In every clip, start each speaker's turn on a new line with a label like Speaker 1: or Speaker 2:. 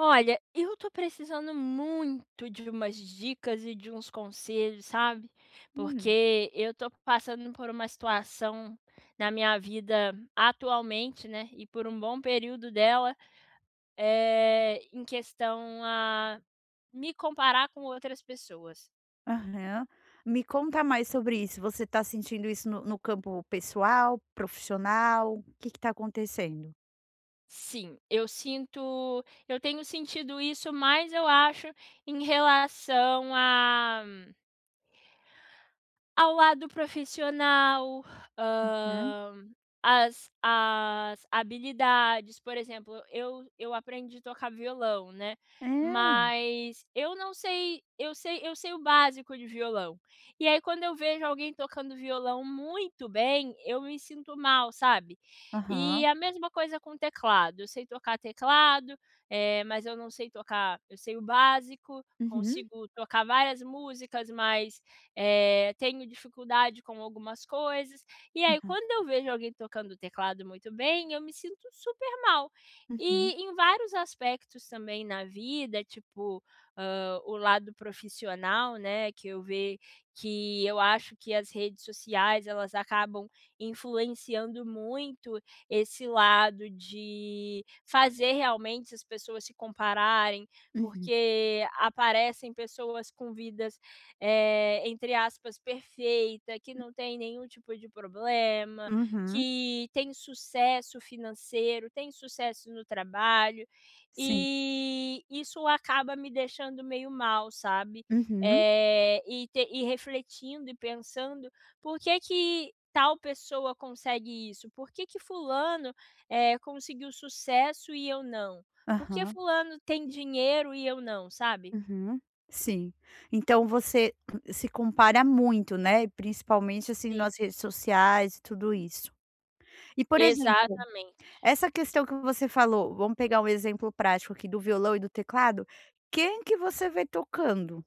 Speaker 1: Olha, eu tô precisando muito de umas dicas e de uns conselhos, sabe?
Speaker 2: Hum,
Speaker 1: Porque eu tô passando por uma situação na minha vida atualmente, né? E por um bom período dela, em questão a me comparar com outras pessoas.
Speaker 2: aham. Me conta mais sobre isso. Você está sentindo isso no campo pessoal, profissional? O que está acontecendo?
Speaker 1: Sim, eu sinto, eu tenho sentido isso, mas eu acho em relação a ao lado profissional,
Speaker 2: Uhum.
Speaker 1: hã, as habilidades, por exemplo, eu aprendi a tocar violão, né,
Speaker 2: É.
Speaker 1: mas eu não sei eu sei o básico de violão. E aí quando eu vejo alguém tocando violão muito bem, eu me sinto mal, sabe. E
Speaker 2: Aham.
Speaker 1: a mesma coisa com teclado, eu sei tocar teclado, mas eu não sei tocar eu sei o básico,
Speaker 2: Uhum.
Speaker 1: consigo tocar várias músicas, mas tenho dificuldade com algumas coisas. E aí,
Speaker 2: Aham.
Speaker 1: quando eu vejo alguém tocando o teclado muito bem, eu me sinto super mal.
Speaker 2: Uhum.
Speaker 1: E em vários aspectos também na vida, tipo, o lado profissional, né, que eu vejo que eu acho que as redes sociais, elas acabam influenciando muito esse lado de fazer realmente as pessoas se compararem,
Speaker 2: Uhum.
Speaker 1: porque aparecem pessoas com vidas entre aspas, perfeita, que não tem nenhum tipo de problema,
Speaker 2: Uhum.
Speaker 1: que tem sucesso financeiro, tem sucesso no trabalho,
Speaker 2: Sim.
Speaker 1: e isso acaba me deixando meio mal, sabe.
Speaker 2: Uhum.
Speaker 1: E refletindo e pensando: "Por que que tal pessoa consegue isso? Por que que fulano, conseguiu sucesso e eu não? Por que
Speaker 2: Aham.
Speaker 1: fulano tem dinheiro e eu não?", sabe.
Speaker 2: Uhum. Sim. Então você se compara muito, né, principalmente, assim,
Speaker 1: Sim,
Speaker 2: nas redes sociais e tudo isso. E, por exemplo.
Speaker 1: exatamente.
Speaker 2: Essa questão que você falou, vamos pegar um exemplo prático aqui do violão e do teclado, quem que você vê tocando?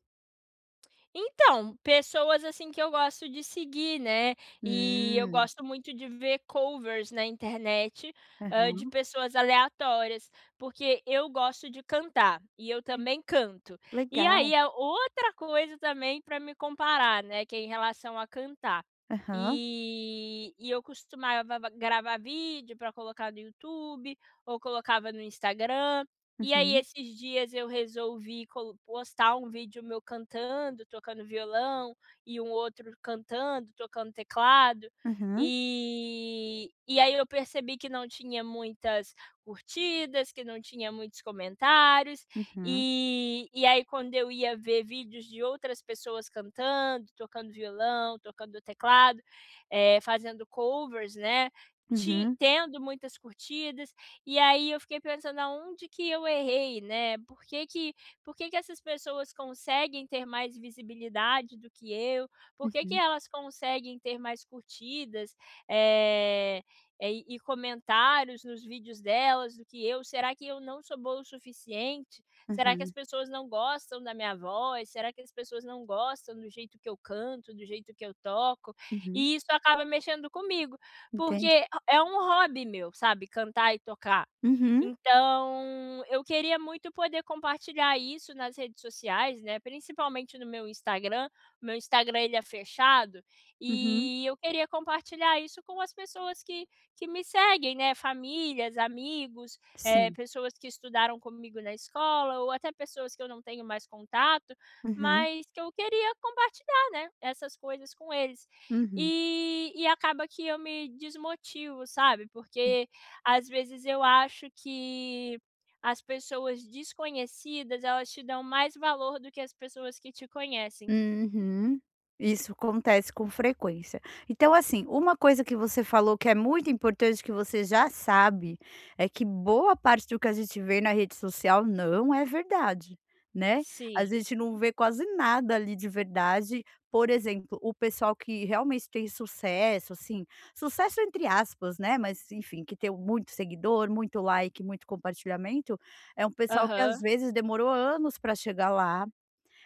Speaker 1: Então, pessoas assim que eu gosto de seguir, né, e eu
Speaker 2: Hum,
Speaker 1: gosto muito de ver covers na internet, de
Speaker 2: aham,
Speaker 1: pessoas aleatórias, porque eu gosto de cantar e eu
Speaker 2: é,
Speaker 1: também canto. E aí
Speaker 2: legal.
Speaker 1: é outra coisa também para me comparar, né, que é em relação a cantar.
Speaker 2: Aham,
Speaker 1: Eu costumava gravar vídeo para colocar no YouTube ou colocava no Instagram. E aí
Speaker 2: uhum,
Speaker 1: esses dias eu resolvi colo postar um vídeo meu cantando, tocando violão, e um outro cantando, tocando teclado,
Speaker 2: uhum,
Speaker 1: e aí eu percebi que não tinha muitas curtidas, que não tinha muitos comentários,
Speaker 2: uhum,
Speaker 1: e aí quando eu ia ver vídeos de outras pessoas cantando, tocando violão, tocando teclado, fazendo covers, né, ti
Speaker 2: uhum,
Speaker 1: tendo muitas curtidas, e aí eu fiquei pensando: "Aonde que eu errei, né? Por que que essas pessoas conseguem ter mais visibilidade do que eu? Por que que
Speaker 2: uhum,
Speaker 1: elas conseguem ter mais curtidas, eh, comentários nos vídeos delas do que eu? Será que eu não sou boa o suficiente? Será que as
Speaker 2: uhum,
Speaker 1: pessoas não gostam da minha voz? Será que as pessoas não gostam do jeito que eu canto, do jeito que eu toco?"
Speaker 2: uhum,
Speaker 1: E isso acaba mexendo comigo,
Speaker 2: entendi.
Speaker 1: porque é um hobby meu, sabe, cantar e tocar.
Speaker 2: Uhum,
Speaker 1: Então, eu queria muito poder compartilhar isso nas redes sociais, né, principalmente no meu Instagram. O meu Instagram ele é fechado,
Speaker 2: uhum,
Speaker 1: e eu queria compartilhar isso com as pessoas que me seguem, né, famílias, amigos,
Speaker 2: sim,
Speaker 1: pessoas que estudaram comigo na escola ou até pessoas que eu não tenho mais contato,
Speaker 2: uhum,
Speaker 1: mas que eu queria compartilhar, né, essas coisas com eles.
Speaker 2: uhum.
Speaker 1: Acaba que eu me desmotivo, sabe, porque às vezes eu acho que as pessoas desconhecidas, elas te dão mais valor do que as pessoas que te conhecem.
Speaker 2: Uhum. Isso acontece com frequência. Então, assim, uma coisa que você falou que é muito importante, que você já sabe, é que boa parte do que a gente vê na rede social não é verdade, né? A
Speaker 1: Sim.
Speaker 2: gente não vê quase nada ali de verdade. Por exemplo, o pessoal que realmente tem sucesso, assim, sucesso entre aspas, né? Mas, enfim, que tem muito seguidor, muito like, muito compartilhamento, é um pessoal que às
Speaker 1: Aham.
Speaker 2: vezes demorou anos para chegar lá,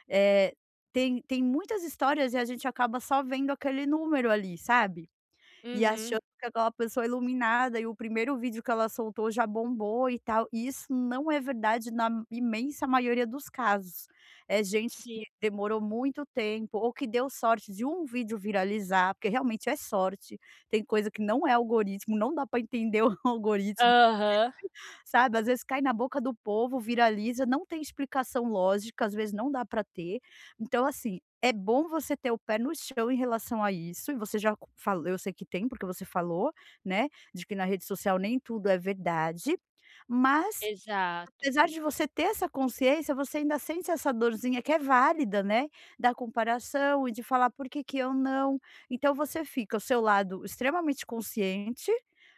Speaker 2: eh, tem muitas histórias e a gente acaba só vendo aquele número ali, sabe, e
Speaker 1: Uhum.
Speaker 2: achando que aquela pessoa é iluminada e o primeiro vídeo que ela soltou já bombou e tal, e isso não é verdade na imensa maioria dos casos. É gente que
Speaker 1: Sim.
Speaker 2: demorou muito tempo ou que deu sorte de um vídeo viralizar, porque realmente é sorte, tem coisa que não é algoritmo, não dá para entender o algoritmo.
Speaker 1: Aham.
Speaker 2: Sabe, às vezes cai na boca do povo, viraliza, não tem explicação lógica, às vezes não dá para ter. Então assim, é bom você ter o pé no chão em relação a isso, e você já falou, eu sei que tem, porque você falou, né, de que na rede social nem tudo é verdade, mas,
Speaker 1: Exato.
Speaker 2: apesar de você ter essa consciência, você ainda sente essa dorzinha que é válida, né, da comparação e de falar: "Por que que eu não?". Então você fica o seu lado extremamente consciente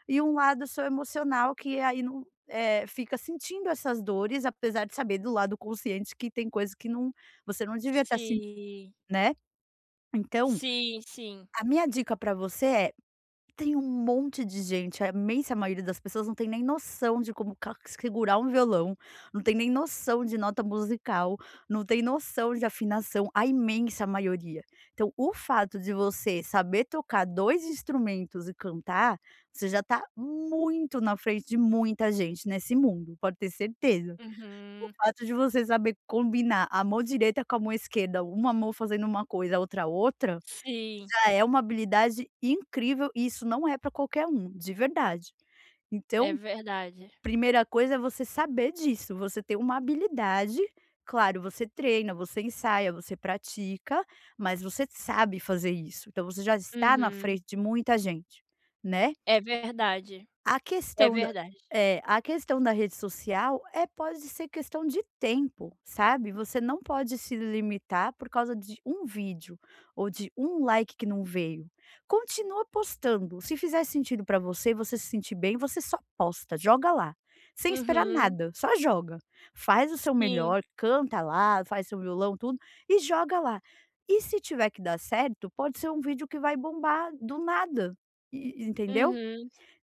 Speaker 2: e um lado seu emocional que aí não, é, fica sentindo essas dores, apesar de saber do lado consciente que tem coisa que não, você não devia estar sentindo,
Speaker 1: Sim.
Speaker 2: né. Então,
Speaker 1: Sim, sim.
Speaker 2: a minha dica para você é, tem um monte de gente, a imensa maioria das pessoas não tem nem noção de como ca segurar um violão, não tem nem noção de nota musical, não tem noção de afinação, a imensa maioria. Então o fato de você saber tocar 2 instrumentos e cantar, você já tá muito na frente de muita gente nesse mundo, pode ter certeza. O
Speaker 1: Uhum.
Speaker 2: fato de você saber combinar a mão direita com a mão esquerda, uma mão fazendo uma coisa, a outra,
Speaker 1: Sim,
Speaker 2: ela é uma habilidade incrível, e isso não é para qualquer um, de verdade.
Speaker 1: é
Speaker 2: Então,
Speaker 1: verdade.
Speaker 2: primeira coisa é você saber disso, você tem uma habilidade, claro, você treina, você ensaia, você pratica, mas você sabe fazer isso, então você já está na
Speaker 1: Uhum.
Speaker 2: frente de muita gente, né.
Speaker 1: É verdade,
Speaker 2: A
Speaker 1: é
Speaker 2: questão da
Speaker 1: verdade.
Speaker 2: a questão da rede social é, pode ser questão de tempo, sabe. Você não pode se limitar por causa de um vídeo ou de um like que não veio. Continua postando, se fizer sentido para você, você se sentir bem, você só posta, joga lá, sem esperar
Speaker 1: Uhum.
Speaker 2: nada, só joga. Faz o seu
Speaker 1: Sim.
Speaker 2: melhor, canta lá, faz seu violão, tudo, e joga lá. E se tiver que dar certo, pode ser um vídeo que vai bombar do nada, e, entendeu?
Speaker 1: Uhum.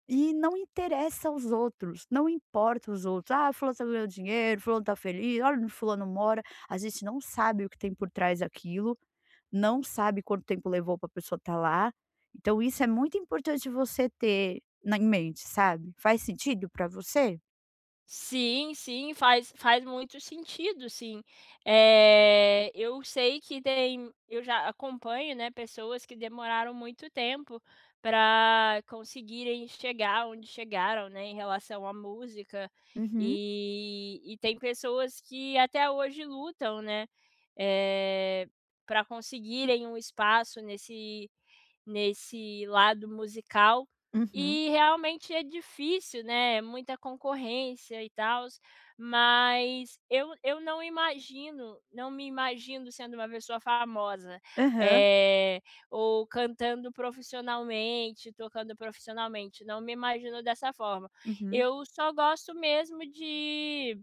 Speaker 2: E não interessa aos outros, não importa os outros. "Ah, fulano tá ganhando dinheiro, fulano tá feliz, olha onde fulano mora", a gente não sabe o que tem por trás daquilo, não sabe quanto tempo levou para a pessoa estar lá. Então isso é muito importante você ter na em mente, sabe. Faz sentido para você?
Speaker 1: Sim, sim, faz faz muito sentido, sim. Eu já acompanho, né, pessoas que demoraram muito tempo para conseguirem chegar onde chegaram, né, em relação à música,
Speaker 2: Uhum.
Speaker 1: tem pessoas que até hoje lutam, né, para conseguirem um espaço nesse lado musical.
Speaker 2: Uhum.
Speaker 1: E realmente é difícil, né, é muita concorrência e tal, mas eu não imagino, não me imagino sendo uma pessoa famosa,
Speaker 2: Aham.
Speaker 1: eh, ou cantando profissionalmente, tocando profissionalmente, não me imagino dessa forma.
Speaker 2: Uhum.
Speaker 1: Eu só gosto mesmo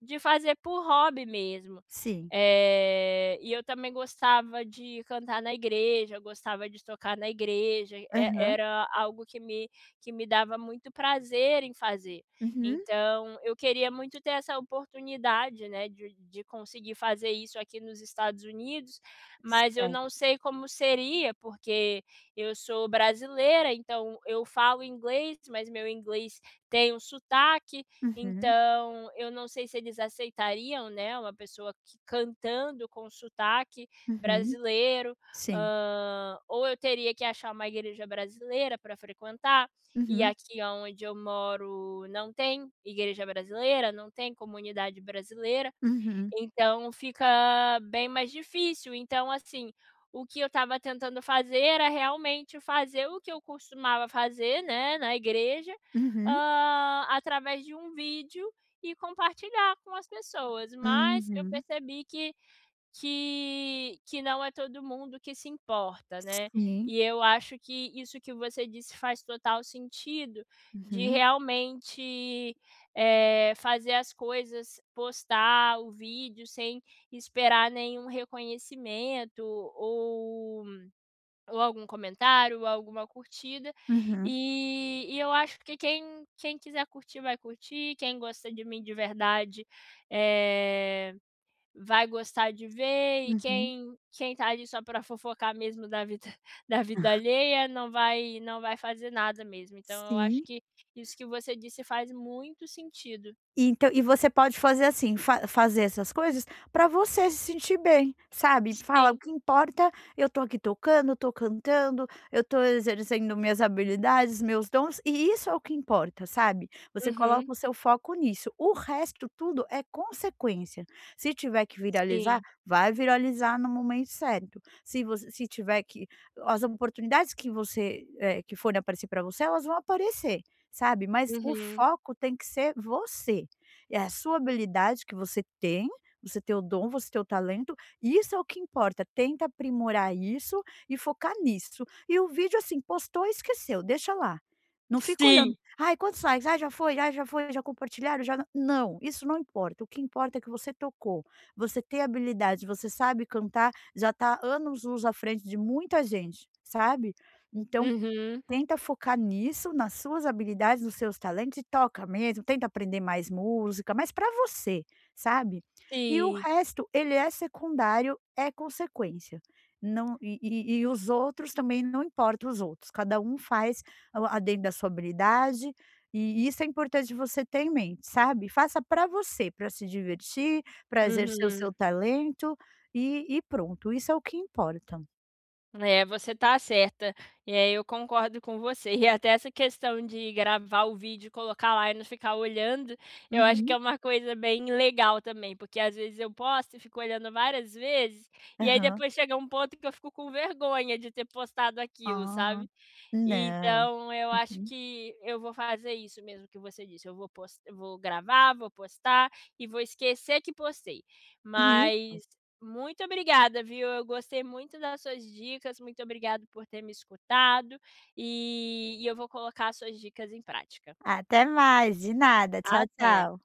Speaker 1: de fazer por hobby mesmo.
Speaker 2: Sim.
Speaker 1: E eu também gostava de cantar na igreja, gostava de tocar na igreja, e
Speaker 2: Aham.
Speaker 1: era algo que me dava muito prazer em fazer.
Speaker 2: Uhum.
Speaker 1: Então, eu queria muito ter essa oportunidade, né, de conseguir fazer isso aqui nos Estados Unidos, mas eu não
Speaker 2: Certo.
Speaker 1: sei como seria, porque eu sou brasileira, então eu falo inglês, mas meu inglês tem um sotaque,
Speaker 2: Uhum,
Speaker 1: então, eu não sei se eles aceitariam, né, uma pessoa que cantando com sotaque
Speaker 2: uhum.
Speaker 1: brasileiro,
Speaker 2: Sim.
Speaker 1: ou eu teria que achar uma igreja brasileira para frequentar, e
Speaker 2: Uhum,
Speaker 1: aqui onde eu moro não tem igreja brasileira, não tem comunidade brasileira.
Speaker 2: uhum,
Speaker 1: Então fica bem mais difícil. Então, assim, o que eu estava tentando fazer era realmente fazer o que eu costumava fazer, né, na igreja,
Speaker 2: uhum,
Speaker 1: através de um vídeo e compartilhar com as pessoas, mas eu
Speaker 2: uhum.
Speaker 1: percebi que não é todo mundo que se importa, né.
Speaker 2: Sim.
Speaker 1: E eu acho que isso que você disse faz total sentido, de
Speaker 2: Uhum,
Speaker 1: realmente, fazer as coisas, postar o vídeo sem esperar nenhum reconhecimento ou algum comentário ou alguma curtida.
Speaker 2: uhum,
Speaker 1: Eu acho que quem quiser curtir vai curtir, quem gosta de mim de verdade, eh vai gostar de ver e
Speaker 2: uhum.
Speaker 1: quem tá ali só para fofocar mesmo da vida da vida alheia não vai fazer nada mesmo. Então eu acho
Speaker 2: Sim.
Speaker 1: que isso que você disse faz muito sentido.
Speaker 2: Então, e você pode fazer assim, fa fazer essas coisas para você se sentir bem, sabe. Fala: "O
Speaker 1: Sim.
Speaker 2: que importa, eu tô aqui tocando, eu tô cantando, eu tô exercendo minhas habilidades, meus dons, e isso é o que importa", sabe. Você
Speaker 1: Uhum.
Speaker 2: coloca o seu foco nisso, o resto tudo é consequência. Se tiver que viralizar,
Speaker 1: Sim.
Speaker 2: vai viralizar no momento certo. Se você se tiver que as oportunidades que você, que forem aparecer para você, elas vão aparecer, sabe. Mas o
Speaker 1: Uhum.
Speaker 2: foco tem que ser você. É a sua habilidade que você tem o dom, você tem o talento, isso é o que importa, tenta aprimorar isso e focar nisso. E o vídeo, assim, postou e esqueceu, deixa lá. Não fica olhando,
Speaker 1: Sim.
Speaker 2: "Ai, quantos likes? Ai, já foi, ai já foi, já compartilharam, já nã". Não, isso não importa, o que importa é que você tocou, você tem habilidade, você sabe cantar, já está anos luz à frente de muita gente, sabe. Então,
Speaker 1: Uhum.
Speaker 2: tenta focar nisso, nas suas habilidades, nos seus talentos, e toca mesmo, tenta aprender mais música, mas para você, sabe. E o
Speaker 1: Sim.
Speaker 2: resto, ele é secundário, é consequência. Não, e os outros também, não importa os outros, cada um faz a dentro da sua habilidade, e isso é importante você ter em mente, sabe. Faça para você, para se divertir, para exercer o seu
Speaker 1: Uhum.
Speaker 2: talento, e pronto, isso é o que importa.
Speaker 1: É, você tá certa. E aí eu concordo com você. E até essa questão de gravar o vídeo, colocar lá e não ficar olhando, eu acho que é
Speaker 2: Uhum.
Speaker 1: uma coisa bem legal também, porque às vezes eu posto e fico olhando várias vezes, e aí
Speaker 2: Aham.
Speaker 1: depois chega um ponto que eu fico com vergonha de ter postado aquilo,
Speaker 2: Ah,
Speaker 1: sabe?
Speaker 2: não.
Speaker 1: Então eu acho
Speaker 2: Uhum.
Speaker 1: que eu vou fazer isso mesmo que você disse, eu vou gravar, vou postar e vou esquecer que postei.
Speaker 2: Isso.
Speaker 1: Mas muito obrigada, viu, eu gostei muito das suas dicas, muito obrigado por ter me escutado, eu vou colocar as suas dicas em prática.
Speaker 2: Até mais, de nada. Tchau,
Speaker 1: Até.
Speaker 2: tchau.